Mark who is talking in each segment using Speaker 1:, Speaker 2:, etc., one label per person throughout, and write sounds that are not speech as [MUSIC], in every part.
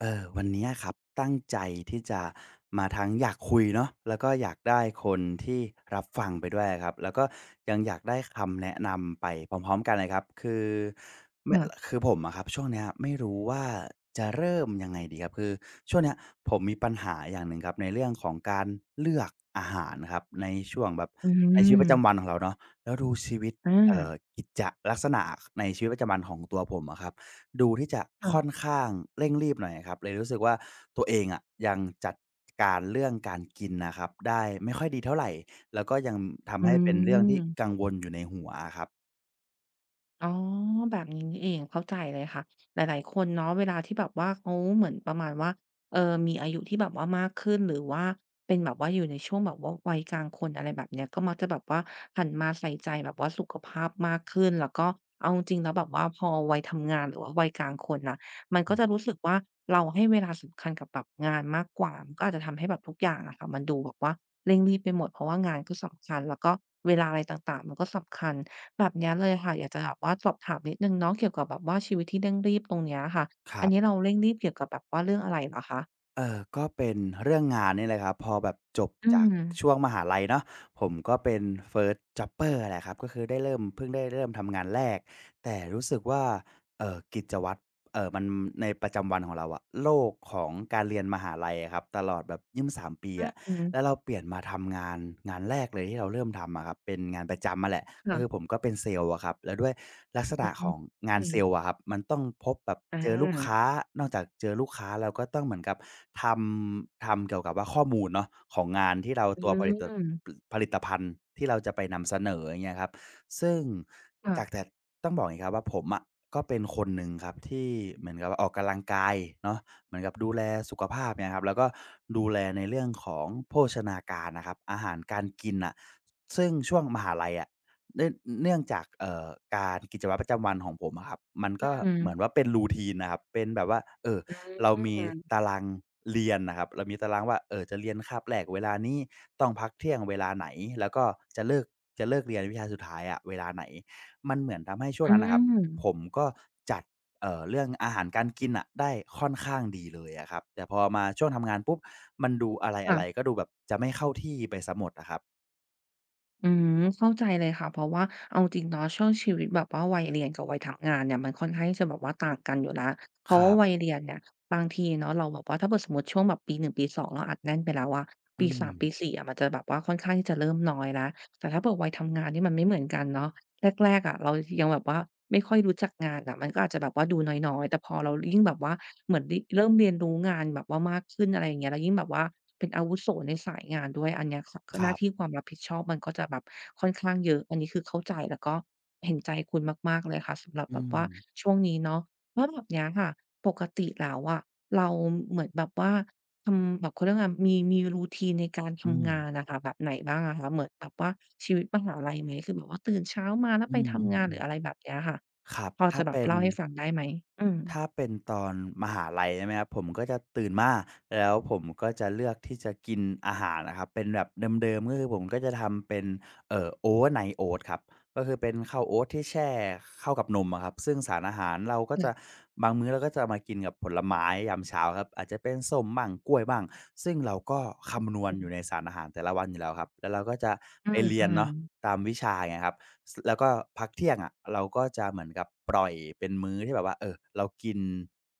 Speaker 1: วันนี้ครับตั้งใจที่จะมาทั้งอยากคุยเนาะแล้วก็อยากได้คนที่รับฟังไปด้วยครับแล้วก็ยังอยากได้คำแนะนำไปพร้อมๆกันเลยครับไม่
Speaker 2: ค่ะ
Speaker 1: คือผมอะครับช่วงเนี้ยไม่รู้ว่าจะเริ่มยังไงดีครับคือช่วงเนี้ยผมมีปัญหาอย่างหนึ่งครับในเรื่องของการเลือกอาหารครับในช่วงแบบ
Speaker 2: อื
Speaker 1: ในชีวิตประจำวัน
Speaker 2: ม
Speaker 1: ของเราเนาะแล้วดูชีวิต
Speaker 2: อ
Speaker 1: เอ่อ
Speaker 2: า
Speaker 1: กิจลักษณะในชีวิตประจำวันของตัวผมอะครับ ดูที่จะ
Speaker 2: ค่ะ
Speaker 1: ค่อนข้างเร่งรีบหน่อยครับเลยรู้สึกว่าตัวเองอะยังจัดการเรื่องการกินนะครับได้ไม่ค่อยดีเท่าไรแล้วก็ยังทำ
Speaker 2: อื
Speaker 1: ให้เป็นเรื่องที่กัง
Speaker 2: ม
Speaker 1: วลอยู่ในหัวอะครับ
Speaker 2: อ๋อแบบนี้นี่เองเข้าใจเลยค่ะหลายๆคนเนาะเวลาที่แบบว่าเขาเหมือนประมาณว่ามีอายุที่แบบว่ามากขึ้นหรือว่าเป็นแบบว่าอยู่ในช่วงแบบว่าวัยกลางคนอะไรแบบเนี้ยก็มักจะแบบว่าหันมาใส่ใจแบบว่าสุขภาพมากขึ้นแล้วก็เอาจริงๆแล้วแบบว่าพอวัยทำงานหรือว่าวัยกลางคนน่ะมัน
Speaker 1: อื
Speaker 2: ก็จะ
Speaker 1: ม
Speaker 2: รู้สึกว่าเราให้เวลาสำคัญกับแบบงานมากกว่ามันก็อาจจะทำให้แบบทุกอย่างอะค่ะมันดูแบบว่าเร่งรีบไปหมดเพราะว่างานก็สำคัญแล้วก็เวลาอะไรต่างๆมันก็สำคัญ แบบเนี้ยเลยค่ะอยากจะแบบว่าสอบถามนิดหนึ่งเนาะเกี่ยวกับแบบว่าชีวิตที่เร่งรีบตรงเนี้ยค่ะ
Speaker 1: ค
Speaker 2: อั
Speaker 1: รั
Speaker 2: นนี้เรา
Speaker 1: บ
Speaker 2: เร่งรีบเกี่ยวกับแบบว่าเรื่องอะไรเหรอคะ
Speaker 1: เออก็เป็นเรื่องงานนี่แหละครับพอแบบจบ
Speaker 2: อื
Speaker 1: จาก
Speaker 2: ม
Speaker 1: ช่วงมหาลัยเนาะผมก็เป็น First Jobber แหละครับก็คือได้เริ่มเพิ่งได้เริ่มทำงานแรกแต่รู้สึกว่ากิจวัตรมันในประจำวันของเราอะโลกของการเรียนมหาลัยอะครับตลอดแบบยสบสามปีอะ
Speaker 2: อือ
Speaker 1: แล้วเราเปลี่ยนมาทำงานงานแรกเลยที่เราเริ่มทำอะครับเป็นงานประจำอะแหละ ก็คือ
Speaker 2: ค่ะ
Speaker 1: ผมก็เป็นเซลล์อะครับแล้วด้วยลักษ
Speaker 2: อื
Speaker 1: ณะ
Speaker 2: ม
Speaker 1: ของงา
Speaker 2: อื
Speaker 1: น
Speaker 2: ม
Speaker 1: เซลล์อะครับมันต้องพบแบบ
Speaker 2: อา
Speaker 1: เจอลูกค้านอกจากเจอลูกค้าเราก็ต้องเหมือนกับทำทำเกี่ยวกับว่าข้อมูลเนาะของงานที่เรา
Speaker 2: อื
Speaker 1: ตัว
Speaker 2: ม
Speaker 1: ผลิตผลิตภัณฑ์ที่เราจะไปนำเสนออย่างเงี้ยครับซึ่ง
Speaker 2: ค่ะ
Speaker 1: จากแต่ต้องบอกอย่างงี้ครับว่าผมอะก็เป็นคนหนึ่งครับที่เหมือนกับว่าออกกำลังกายเนาะเหมือนกับดูแลสุขภาพเนี่ยครับแล้วก็ดูแลในเรื่องของโภชนาการอะครับอาหารการกินน่ะซึ่งช่วงมหาลัยอะ เนื่องเนื่องจากการกิจวัตรประจำวันของผมอะครับมัน
Speaker 2: อ
Speaker 1: ก็
Speaker 2: ืม
Speaker 1: เหมือนว่าเป็น routine น่ะครับเป็นแบบว่าเรามี
Speaker 2: อืม
Speaker 1: ตารางเรียนน่ะครับเรามีตารางว่าจะเรียนคาบแรกเวลานี้ต้องพักเที่ยงเวลาไหนแล้วก็จะเลิกจะเลิกเรียนวิชาสุดท้ายอะเวลาไหนมันเหมือนทำให้ช่วง
Speaker 2: อื
Speaker 1: นั้นน่ะค
Speaker 2: ม
Speaker 1: รับผมก็จัดเรื่องอาหารการกินน่ะได้ค่อนข้างดีเลยอะครับแต่พอมาช่วงทำงานปุ๊บมันดูอะ
Speaker 2: ค่ะ
Speaker 1: ไรๆก็ดูแบบจะไม่เข้าที่ไปเสียหมดอะครับ
Speaker 2: อืมเข้าใจเลยค่ะเพราะว่าเอาจริงเนาะช่วงชีวิตแบบว่าวัยเรียนกับวัยทำงานเนี่ยมันค่อนข้างที่จะแบบว่าต่างกันอยู่ละเพ
Speaker 1: ค
Speaker 2: ราะว่า
Speaker 1: รั
Speaker 2: วัย
Speaker 1: บ
Speaker 2: เรียนเนี่ยบางทีเนาะเราแบบว่าถ้าเกิดสมมติช่วงแบบปีหนึ่งปีสองเราอัดแน่นไปแล้วอะ
Speaker 1: อื
Speaker 2: ปี
Speaker 1: ม
Speaker 2: สามปีสี่อะมันจะแบบว่าค่อนข้างที่จะเริ่มน้อยละแต่ถ้าเผืวัยทำงานนี่มันไม่เหมือนกันเนาะ แรกๆอะเรายังแบบว่าไม่ค่อยรู้จักงานอะมันก็อาจจะแบบว่าดูน้อยๆแต่พอเรายิ่งแบบว่าเหมือนริเริ่มเรียนรู้งานแบบว่ามากขึ้นอะไรอย่างเงี้ยแล้วยิ่งแบบว่าเป็นอาวุโสในสายงานด้วยอันเนี้ยข
Speaker 1: ค
Speaker 2: ห
Speaker 1: รั
Speaker 2: น้าที่
Speaker 1: บ
Speaker 2: ความรับผิดชอบมันก็จะแบบค่อนข้างเยอะอันนี้คือเข้าใจแล้วก็เห็นใจคุณมากๆเลยค่ะสำหรับแบ
Speaker 1: อื
Speaker 2: บ
Speaker 1: ม
Speaker 2: ว่าช่วงนี้เนาะแล้วแบบเนี้ยค่ะปกติแล้วอะเราเหมือนแบบว่า ทำแบบเขาเรียกว่ามีรูทีนในการ
Speaker 1: อืม
Speaker 2: ทำงานอะค่ะแบบไหนบ้างอะคะเหมือนแบบว่าชีวิตมหาลัยไหมคือแบบว่าตื่นเช้ามาแล้ว
Speaker 1: อื
Speaker 2: ไป
Speaker 1: มอืม
Speaker 2: ทำงาน
Speaker 1: อื
Speaker 2: หรื
Speaker 1: ม
Speaker 2: ออะไรแบบเนี้ยค่ะ
Speaker 1: ครับ
Speaker 2: พอจะแบบเล่าให้ฟังได้ไหมอืม
Speaker 1: ถ้าเป็นตอนมหาลัยใช่ไหมครับผมก็จะตื่นมาแล้วผมก็จะเลือกที่จะกินอาหารอะครับเป็นแบบเดิมๆก็คือผมก็จะทำเป็น Overnight Oats ครับ ก็คือเป็นข้าวโอ๊ตที่แช่เข้ากับนมอะครับซึ่งสารอาหารเราก็จะ
Speaker 2: ค่ะ
Speaker 1: บางมื้อเราก็จะมากินกับผลไม้ยามเช้าครับอาจจะเป็นส้มบ้างกล้วยบ้างซึ่งเราก็คำนวณ
Speaker 2: อื
Speaker 1: อยู่ใน
Speaker 2: ม
Speaker 1: สารอาหารแต่ละวันอยู่แล้วครับแล้วเราก็จะ
Speaker 2: อื
Speaker 1: ไป
Speaker 2: ม
Speaker 1: เรี
Speaker 2: อื
Speaker 1: ยน
Speaker 2: ม
Speaker 1: เนาะตามวิชาอย่างเงี้ยครับ สแล้วก็พักเที่ยงอะเราก็จะเหมือนกับปล่อยเป็นมื้อที่แบบว่าเออเรากิน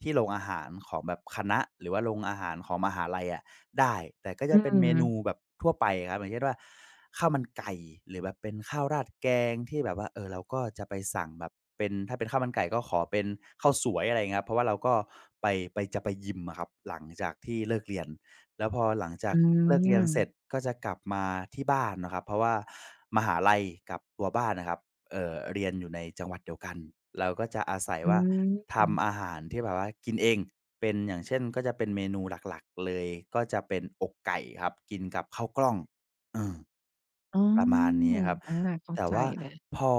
Speaker 1: ที่โรงอาหารของแบบคณะหรือว่าโรงอาหารของมหาลัยอะได้แต่ก็จะ
Speaker 2: อื
Speaker 1: เป็นเม
Speaker 2: ม
Speaker 1: นูแบบทั่วไปครับอย่างเช่นว่าข้าวมันไก่หรือแบบเป็นข้าวราดแกงที่แบบว่าเออเราก็จะไปสั่งแบบเป็นถ้าเป็นข้าวมันไก่ก็ขอเป็นข้าวสวยอะไรอย่างเงี้ยครับเพราะว่าเราก็ไปไปจะไปยิมอะครับหลังจากที่เลิกเรียน แล้วพอหลังจาก
Speaker 2: อื
Speaker 1: เลิกเรียนเสร็จก็จะกลับมาที่บ้านนะครับเพราะว่ามหาลัยกับตัวบ้านนะครับเรียนอยู่ในจังหวัดเดียวกันเราก็จะอาศัยว่า
Speaker 2: มอืม
Speaker 1: ทำอาหารที่แบบว่ากินเองเป็นอย่างเช่นก็จะเป็นเมนูหลักๆเลยก็จะเป็นอกไก่ครับกินกับข้าวกล้องเออ
Speaker 2: อ๋
Speaker 1: ประมาณ
Speaker 2: อ
Speaker 1: นี้ครับ
Speaker 2: อาเข้า
Speaker 1: แต่
Speaker 2: ใจ
Speaker 1: ว่า
Speaker 2: เลย
Speaker 1: พอ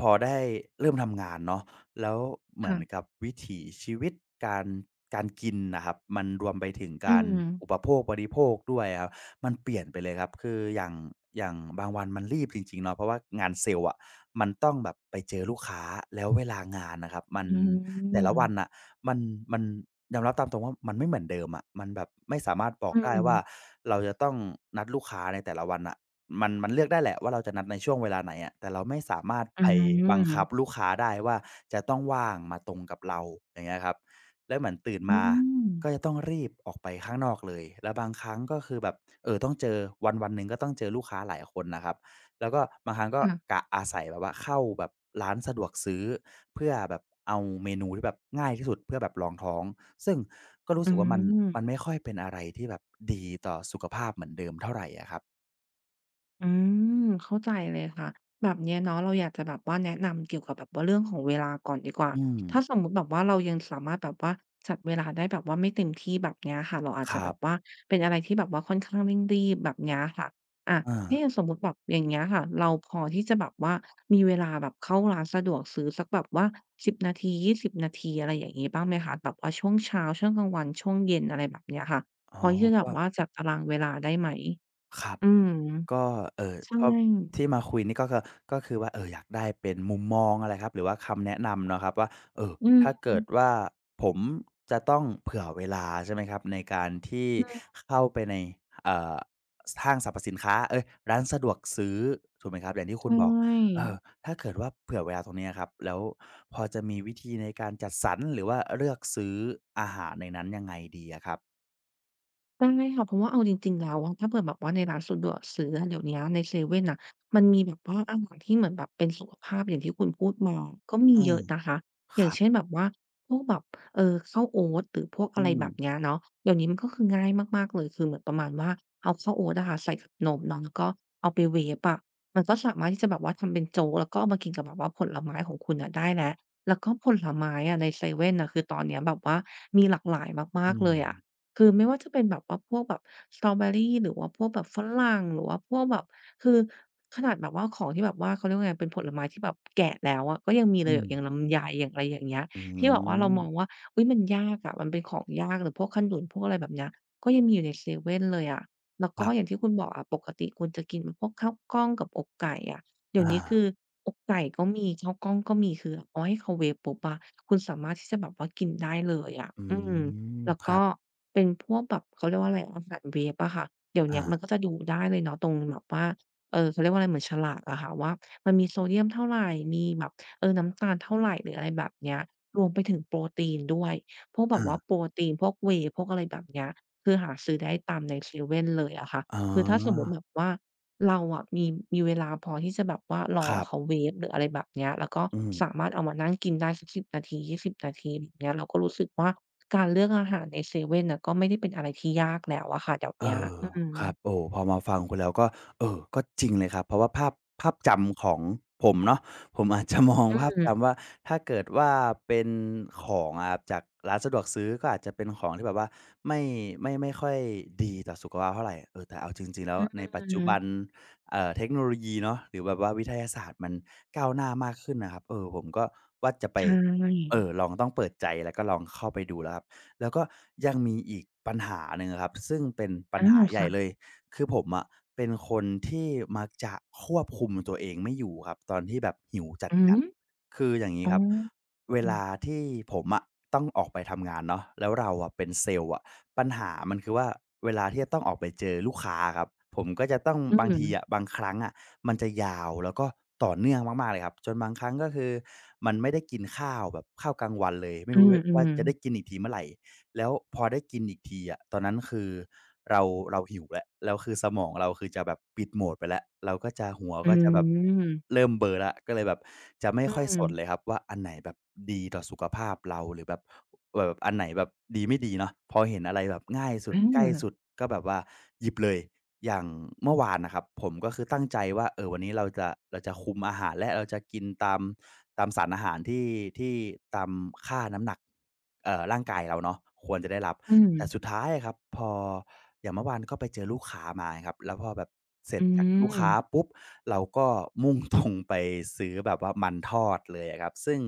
Speaker 1: พอได้เริ่มทำงานเนาะแล้วเหมือ
Speaker 2: ค่ะ
Speaker 1: นกับวิถีชีวิตการการกินน่ะครับมันรวมไปถึง
Speaker 2: อื
Speaker 1: การ
Speaker 2: ม
Speaker 1: อุปโภคบริโภคด้วยอะครับมันเปลี่ยนไปเลยครับคืออย่างบางวันมันรีบจริงๆเนาะเพราะว่างานเซลส์อะมันต้องแบบไปเจอลูกค้าแล้วเวลางานน่ะครับมัน
Speaker 2: อื
Speaker 1: แต่ละวัน
Speaker 2: ม
Speaker 1: น่ะมันมันยอมรับตามตรงว่ามันไม่เหมือนเดิมอะมันแบบไม่สามารถบอก
Speaker 2: อื
Speaker 1: ได้
Speaker 2: ม
Speaker 1: ว่าเราจะต้องนัดลูกค้าในแต่ละวันน่ะ มันเลือกได้แหละว่าเราจะนัดในช่วงเวลาไหนอะแต่เราไม่สามารถ
Speaker 2: อื
Speaker 1: ไปบังคับ
Speaker 2: ม
Speaker 1: ลูกค้าได้ว่าจะต้องว่างมาตรงกับเราอย่างเงี้ยครับแล้วเหมือนตื่น
Speaker 2: อื
Speaker 1: มา
Speaker 2: ม
Speaker 1: ก็จะต้องรีบออกไปข้างนอกเลยแล้วบางครั้งก็คือแบบต้องเจอวันๆหนึ่งก็ต้องเจอลูกค้าหลายคนนะครับแล้วก็บางครั้งก็
Speaker 2: ค่ะ
Speaker 1: กะอาศัยแบบว่าเข้าแบบร้านสะดวกซื้อเพื่อแบบเอาเมนูที่แบบง่ายที่สุดเพื่อแบบรองท้องซึ่งก็รู้
Speaker 2: อื
Speaker 1: สึกว่ามัน
Speaker 2: ม
Speaker 1: มันไม่ค่อยเป็นอะไรที่แบบดีต่อสุขภาพเหมือนเดิมเท่าไรอะครับ
Speaker 2: อืมเข้าใจเลยค่ะแบบเนี้ยเนาะเราอยากจะแบบว่าแนะนำเกี่ยวกับแบบว่าเรื่องของเวลาก่อนดีกว่า
Speaker 1: อืม
Speaker 2: ถ้าสมมุติแบบว่าเรายังสามารถแบบว่าจัดเวลาได้แบบว่าไม่เต็มที่แบบเนี้ยค่ะเราอาจ
Speaker 1: ค
Speaker 2: จะ
Speaker 1: รั
Speaker 2: แบ
Speaker 1: บ
Speaker 2: บว่าเป็นอะไรที่แบบว่าค่อนข้างเร่งรีบแบบเนี้ยค่ะอะ
Speaker 1: อา
Speaker 2: ถ้าอย่างสมมติแบบอย่างเงี้ยค่ะเราพอที่จะแบบว่ามีเวลาแบบเข้าร้านสะดวกซื้อสักแบบว่าสิบนาที20 นาทีอะไรอย่างงี้บ้างไหมคะแบบว่าช่วงเช้าช่วงกลางวันช่วงเย็นอะไรแบบเนี้ยค่ะ
Speaker 1: อ๋อ
Speaker 2: พอที่จะแบ
Speaker 1: ก็
Speaker 2: บว่าจัดตารางเวลาได้ไหม
Speaker 1: ครับ
Speaker 2: อืม
Speaker 1: ก็
Speaker 2: ใช่
Speaker 1: ชอบที่มาคุยนี่ก็คือว่าอยากได้เป็นมุมมองอะไรครับหรือว่าคำแนะนำเนาะครับว่าเอ่อ
Speaker 2: อื
Speaker 1: ถ้า
Speaker 2: ม
Speaker 1: เกิดว่าผมจะต้องเผื่อเวลาใช่ไหมครับในการที่
Speaker 2: อืม
Speaker 1: เข้าไปในเอ่อสห้างสรรพสินค้าเอ๊ยร้านสะดวกซื้อถูกไหมครับอย่างที่คุ
Speaker 2: ใช่
Speaker 1: ณบอกเอ่อถ้าเกิดว่าเผื่อเวลาตรงเนี้ยครับแล้วพอจะมีวิธีในการจัดสรรหรือว่าเลือกซื้ออาหารในนั้นยังไงดีอะครับ
Speaker 2: ได้ค่ะเพราะว่าเอาจริงๆแล้วอะถ้าเผื่อแบบว่าในร้านสะดวกซื้ออะเดี๋ยวเนี้ยในเซเว่นน่ะมันมีแบบว่าอาหารที่เหมือนแบบเป็นสุขภาพอย่างที่คุณพูดมาก็มี
Speaker 1: อื
Speaker 2: เย
Speaker 1: ม
Speaker 2: อะนะคะ
Speaker 1: ค
Speaker 2: อย่าง
Speaker 1: รับ
Speaker 2: เช่นแบบว่าพวกแบบข้าวโอ๊ตหรือพวก
Speaker 1: อื
Speaker 2: อะไร
Speaker 1: ม
Speaker 2: แบบเนี้ยเนาะเดี๋ยวนี้มันก็คือง่ายมากๆเลยคือเหมือนประมาณว่าเอาข้าวโอ๊ตอะค่ะใส่กับนมเนาะแล้วก็เอาไปเวฟอะมันก็สามารถที่จะแบบว่าทำเป็นโจ๊กแล้วก็เอามากินกับแบบว่าผลไม้ของคุณน่ะได้แล้วแล้วก็ผลไม้อะในเซเว่นน่ะคือตอนเนี้ยแบบว่ามีหลากหลายมา
Speaker 1: อื
Speaker 2: กๆเล
Speaker 1: ม
Speaker 2: ยอะ คือไม่ว่าจะเป็นแบบว่าพวกแบบสตรอเบอรี่หรือว่าพวกแบบฝรั่งหรือว่าพวกแบบคือขนาดแบบว่าของที่แบบว่าเขาเรียกว่าไงเป็นผลไม้ที่แบบแกะแล้วอะก็ยังมีเล
Speaker 1: อื
Speaker 2: ย
Speaker 1: ม
Speaker 2: อย่างลำไยอย่างอะไรอย่างเงี้ย
Speaker 1: อื
Speaker 2: ที่แบบว่าเรามอง
Speaker 1: ม
Speaker 2: ว่าอุ๊ยมันยากอะมันเป็นของยากหรือพวกขนุนพวกอะไรแบบเนี้ยก็ยังมีอยู่ในเซเว่นเลยอะแล้ว
Speaker 1: ค
Speaker 2: ก็
Speaker 1: รั
Speaker 2: อย่า
Speaker 1: บ
Speaker 2: งที่คุณบอกอะปกติคุณจะกินพวกข้าวกล้องกับอกไก่อะเดี๋ย
Speaker 1: อา
Speaker 2: วนี้คืออกไก่ก็มีข้าวกล้องก็มีคือเอาให้เขาเวฟปุ๊บอะคุณสามารถที่จะแบบว่ากินได้เลยอะ
Speaker 1: อื
Speaker 2: อืม
Speaker 1: ม
Speaker 2: แล้ว
Speaker 1: ครั
Speaker 2: ก็
Speaker 1: บ
Speaker 2: เป็นพวกแบบเขาเรียกว่าอะไรอาหารเวฟอะค่ะเดี๋ยว
Speaker 1: อา
Speaker 2: เนี้ยมันก็จะดูได้เลยเนาะตรงแบบว่าเขาเรียกว่าอะไรเหมือนฉลากอะค่ะว่ามันมีโซเดียมเท่าไรมีแบบน้ำตาลเท่าไรหรืออะไรแบบเนี้ยรวมไปถึงโปรตีนด้วยพวกแบบว่าโปรตีนพวกเวย์พวกอะไรแบบเนี้ยคือหาซื้อได้ตามในเซเว่นเลยอะค่ะ
Speaker 1: ๆอ๋
Speaker 2: คือถ้าสมมุ
Speaker 1: อ
Speaker 2: ติแบบว่า เราอะมีเวลาพอที่จะแบบว่าร
Speaker 1: ค
Speaker 2: อ
Speaker 1: รั
Speaker 2: เขา
Speaker 1: บ
Speaker 2: เวฟหรืออะไรแบบเนี้ยแล้วก็
Speaker 1: อืม
Speaker 2: สามารถเอามานั่งกินได้สัก10นาที20นาทีแบบเนี้ยเราก็รู้สึกว่าการเลือกอาหารในเซเว่นน่ะก็ไม่ได้เป็นอะไรที่ยากแล้วอะค่ะเดี๋ยว
Speaker 1: เอ
Speaker 2: เนี้ย
Speaker 1: อ
Speaker 2: อืม
Speaker 1: ครับโอ้พอมาฟังคุณแล้วก็เออก็จริงเลยครับเพราะว่าภาพจำของผมเนาะผมอาจจะมอง
Speaker 2: อื
Speaker 1: ภาพ
Speaker 2: ม
Speaker 1: จำว่าถ้าเกิดว่าเป็นของอะครับจากร้านสะดวกซื้อก็อาจจะเป็นของที่แบบว่าไม่ไม่ค่อยดีต่อสุขภาพเท่าไรเออแต่เอาจริงๆแล้ว
Speaker 2: อื
Speaker 1: ในปัจจุบัน
Speaker 2: ม
Speaker 1: เทคโนโลยีเนาะหรือแบบว่าวิทยาศาสตร์มันก้าวหน้ามากขึ้นน่ะครับเออผมก็ว่าจะไป
Speaker 2: ใช่
Speaker 1: ลองต้องเปิดใจแล้วก็ลองเข้าไปดูแล้วครับ แล้วก็ยังมีอีกปัญหาหนึ่งอะครับซึ่งเป็นปัญ
Speaker 2: อา
Speaker 1: หาใหญ่
Speaker 2: ค่ะ
Speaker 1: เลยคือผมอะเป็นคนที่มักจะควบคุมตัวเองไม่อยู่ครับตอนที่แบบหิวจ
Speaker 2: อือ
Speaker 1: ัด
Speaker 2: ฮึ
Speaker 1: ๆคืออย่างงี้
Speaker 2: อ๋อ
Speaker 1: ครับเว
Speaker 2: อืม
Speaker 1: ลาที่ผมอะต้องออกไปทำงานเนาะแล้วเราอะเป็นเซลส์อะปัญหามันคือว่าเวลาที่จะต้องออกไปเจอลูกค้าอะครับผมก็จะต้อง
Speaker 2: อื
Speaker 1: บาง
Speaker 2: ม
Speaker 1: ทีอะบางครั้งอะมันจะยาวแล้วก็ต่อเนื่องมากๆเลยครับจนบางครั้งก็คือมันไม่ได้กินข้าวแบบข้าวกลางวันเลยไม่
Speaker 2: อื
Speaker 1: รู้
Speaker 2: ม
Speaker 1: ด้วย
Speaker 2: อื
Speaker 1: ว่า
Speaker 2: ม
Speaker 1: จะได้กินอีกทีเมื่อไหร่ แล้วพอได้กินอีกทีอะตอนนั้นคือเราเราหิวแล้วแล้วคือสมองเราคือจะแบบปิดโหมดไปแล้วเราก็จะหัวก็จะแบบเริ่มเบลอแล้วก็เลยแบบจะไม่
Speaker 2: อื
Speaker 1: ค่อยส
Speaker 2: ม
Speaker 1: นเลยครับว่าอันไหนแบบดีต่อสุขภาพเราหรือแบบแบบอันไหนแบบดีไม่ดีเนาะพอเห็นอะไรแบบง่ายสุ
Speaker 2: อื
Speaker 1: ดใก
Speaker 2: ม
Speaker 1: ล้
Speaker 2: อา
Speaker 1: สุดก็แบบว่าหยิบเลย อย่างเมื่อวานนะครับผมก็คือตั้งใจว่าเออวันนี้เราจะคุมอาหารและเราจะกินตามสารอาหารที่ตามค่าน้ำหนักร่างกายเราเนาะควรจะได้รับ
Speaker 2: อืม
Speaker 1: แต่สุดท้ายอะครับพออย่างเมื่อวานก็ไปเจอลูกค้ามาครับแล้วพอแบบเสร็จ
Speaker 2: อื
Speaker 1: จากลูก
Speaker 2: ม
Speaker 1: ค้าปุ๊บเราก็มุ่งตรงไปซื้อแบบว่ามันทอดเลยอะครับซึ่ง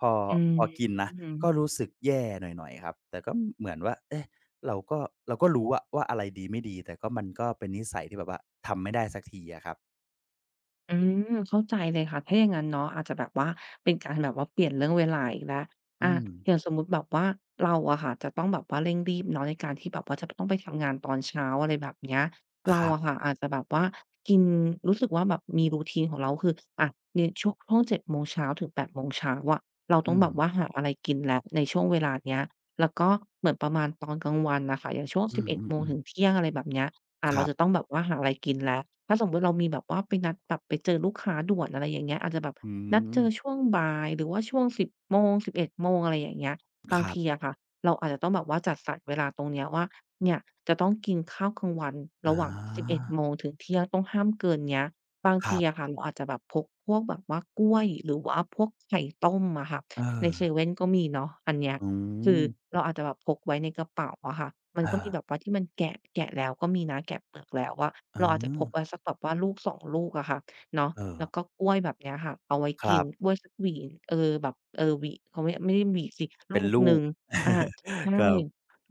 Speaker 1: พอ
Speaker 2: อืม
Speaker 1: พอกินนะ
Speaker 2: อืม
Speaker 1: ก็รู้สึกแย่หน่อยๆครับแต่ก็เหมือนว่าเอ๊ะ เราก็เราก็รู้อะว่าอะไรดีไม่ดีแต่ก็มันก็เป็นนิสัยที่แบบว่าทำไม่ได้สักทีอะครับ
Speaker 2: อืมเข้าใจเลยค่ะถ้าอย่างงั้นเนาะอาจจะแบบว่าเป็นการแบบว่าเปลี่ยนเรื่องเวลาอีกแล้วอา
Speaker 1: อืม
Speaker 2: อย่างสมมุติแบบว่าเราอะค่ะจะต้องแบบว่าเร่งรีบเนาะในการที่แบบว่าจะต้องไปทำงานตอนเช้าอะไรแบบเนี้ย
Speaker 1: ค
Speaker 2: เรา
Speaker 1: รั
Speaker 2: อะ
Speaker 1: บ
Speaker 2: ค่ะอาจจะแบบว่ากินรู้สึกว่าแบบมี routine ของเราคืออะในช่วง7โมงเช้าถึงแปดโมงเช้าอะเราต้
Speaker 1: อื
Speaker 2: อง
Speaker 1: ม
Speaker 2: แบบว่าหาอะไรกินแล้วในช่วงเวลาเนี้ยแล้วก็เหมือนประมาณตอนกลางวันน่ะค่ะอย่างช่วง
Speaker 1: อื
Speaker 2: สิบเอ็ดโมง
Speaker 1: ม
Speaker 2: ถึ
Speaker 1: ๆ
Speaker 2: ง
Speaker 1: ๆ
Speaker 2: เที่ยงอะไรแบบเนี้ย อ่า
Speaker 1: ค
Speaker 2: เรา
Speaker 1: รั
Speaker 2: จะ
Speaker 1: บ
Speaker 2: ต้องแบบว่าหาอะไรกินแล้วถ้าสมมุติเรามีแบบว่าไปนัดแบบไปเจอลูกค้าด่วนอะไรอย่างเงี้ยอาจจะแบบ
Speaker 1: อื
Speaker 2: นัดเจอ
Speaker 1: ม
Speaker 2: ช่วงบ่ายหรือว่าช่วง10โมง11โมงอะไรอย่างเงี้ยบา
Speaker 1: ค
Speaker 2: ง
Speaker 1: รั
Speaker 2: ที
Speaker 1: บ
Speaker 2: อะค่ะเราอาจจะต้องแบบว่าจัดสรรเวลาตรงเนี้ยว่าเนี่ยจะต้องกินข้าวกลางวันระ
Speaker 1: อา
Speaker 2: หว่าง11โมงถึงเที่ยงต้องห้ามเกินเนี้ยบาง
Speaker 1: ค
Speaker 2: ที
Speaker 1: รั
Speaker 2: อะ
Speaker 1: บ
Speaker 2: ค่ะเราอาจจะแบบพกพวกแบบว่ากล้วยหรือว่าพวกไข่ต้มอะค่ะในเซ
Speaker 1: เออ
Speaker 2: เว่นก็มีเนาะอันเนี้ย
Speaker 1: อื
Speaker 2: คื
Speaker 1: ม
Speaker 2: อเราอาจจะแบบพกไว้ในกระเป๋าอะค่ะมัน
Speaker 1: เอ
Speaker 2: ก็มี
Speaker 1: อ
Speaker 2: แบบว่าที่มันแกะแกะแล้วก็มีนะแกะเปลือกแล้วอะ
Speaker 1: อื
Speaker 2: เราอาจจะพ
Speaker 1: ม
Speaker 2: กไว้สักแบบว่าลูกสองลูกอะค่ะเนาะ
Speaker 1: เอ
Speaker 2: แล้วก็
Speaker 1: อ
Speaker 2: กล้วยแบบเนี้ยค่ะเอาไว้
Speaker 1: ค
Speaker 2: กิ
Speaker 1: รั
Speaker 2: นก
Speaker 1: บ
Speaker 2: ล้วยสักหวีเออแบบหวีเขาไม่ได้หวีสิลู
Speaker 1: เป็น
Speaker 2: ก
Speaker 1: ลู
Speaker 2: หนึ่
Speaker 1: ก
Speaker 2: งอาใช่
Speaker 1: [LAUGHS] ครับ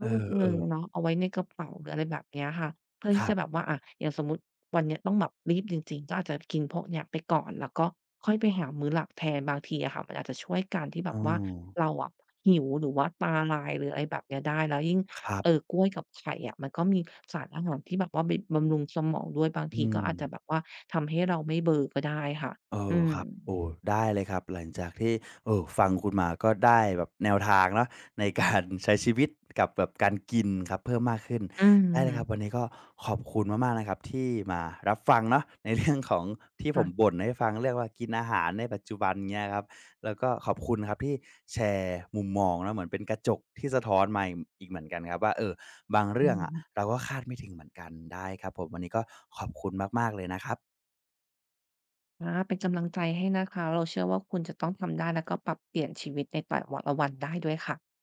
Speaker 1: เอ
Speaker 2: ลูกหนึ่ง
Speaker 1: อ
Speaker 2: เนาะเอาไว้ในกระเป๋าหรืออะไรแบบเนี้ยค่ะ เพื่อ
Speaker 1: ๆค
Speaker 2: ที่
Speaker 1: รับ
Speaker 2: จะแบบว่าอะอย่างสมมุติวันเนี้ยต้องแบบรีบจริงๆก็อาจจะกินพวกเนี้ยไปก่อนแล้วก็ค่อยไปหามื้อหลักแทนบางทีอะค่ะมันอาจจะช่วยการที่แบบ
Speaker 1: อื
Speaker 2: ว่า
Speaker 1: ม
Speaker 2: เราอะหิวหรือว่าตาลายหรืออะไรแบบเนี้ยได้แล้วยิ่ง
Speaker 1: ครับ
Speaker 2: กล้วยกับไข่อะมันก็มีสารอาหารที่แบบว่าไปบำรุงสมองด้วยบางที
Speaker 1: อื
Speaker 2: ก็
Speaker 1: ม
Speaker 2: อาจจะแบบว่าทำให้เราไม่เบลอก็ได้ค่ะ
Speaker 1: เออ
Speaker 2: อืม
Speaker 1: ครับโอ้ได้เลยครับหลังจากที่เออฟังคุณมาก็ได้แบบแนวทางเนาะในการ [LAUGHS] ใช้ชีวิตกับแบบการกินครับเพิ่มมากขึ้น
Speaker 2: อื
Speaker 1: ได้เล
Speaker 2: ม
Speaker 1: ยครับวันนี้ก็ขอบคุณมากๆนะครับที่มารับฟังเนาะในเรื่องของที่ผม
Speaker 2: ค่ะ
Speaker 1: บ่นให้ฟังเรื่องว่ากินอาหารในปัจจุบันเนี้ยครับแล้วก็ขอบคุณครับที่แชร์มุมมองเนาะเหมือนเป็นกระจกที่สะท้อนมาอีกเหมือนกันครับว่าเออบาง
Speaker 2: อื
Speaker 1: เรื่อง
Speaker 2: ม
Speaker 1: อะเราก็คาดไม่ถึงเหมือนกันได้ครับผมวันนี้ก็ขอบคุณมากๆเลยนะครับ
Speaker 2: อาเป็นกำลังใจให้นะคะเราเชื่อว่าคุณจะต้องทำได้แล้วก็ปรับเปลี่ยนชีวิตในแต่ละวันได้ด้วยค่ะ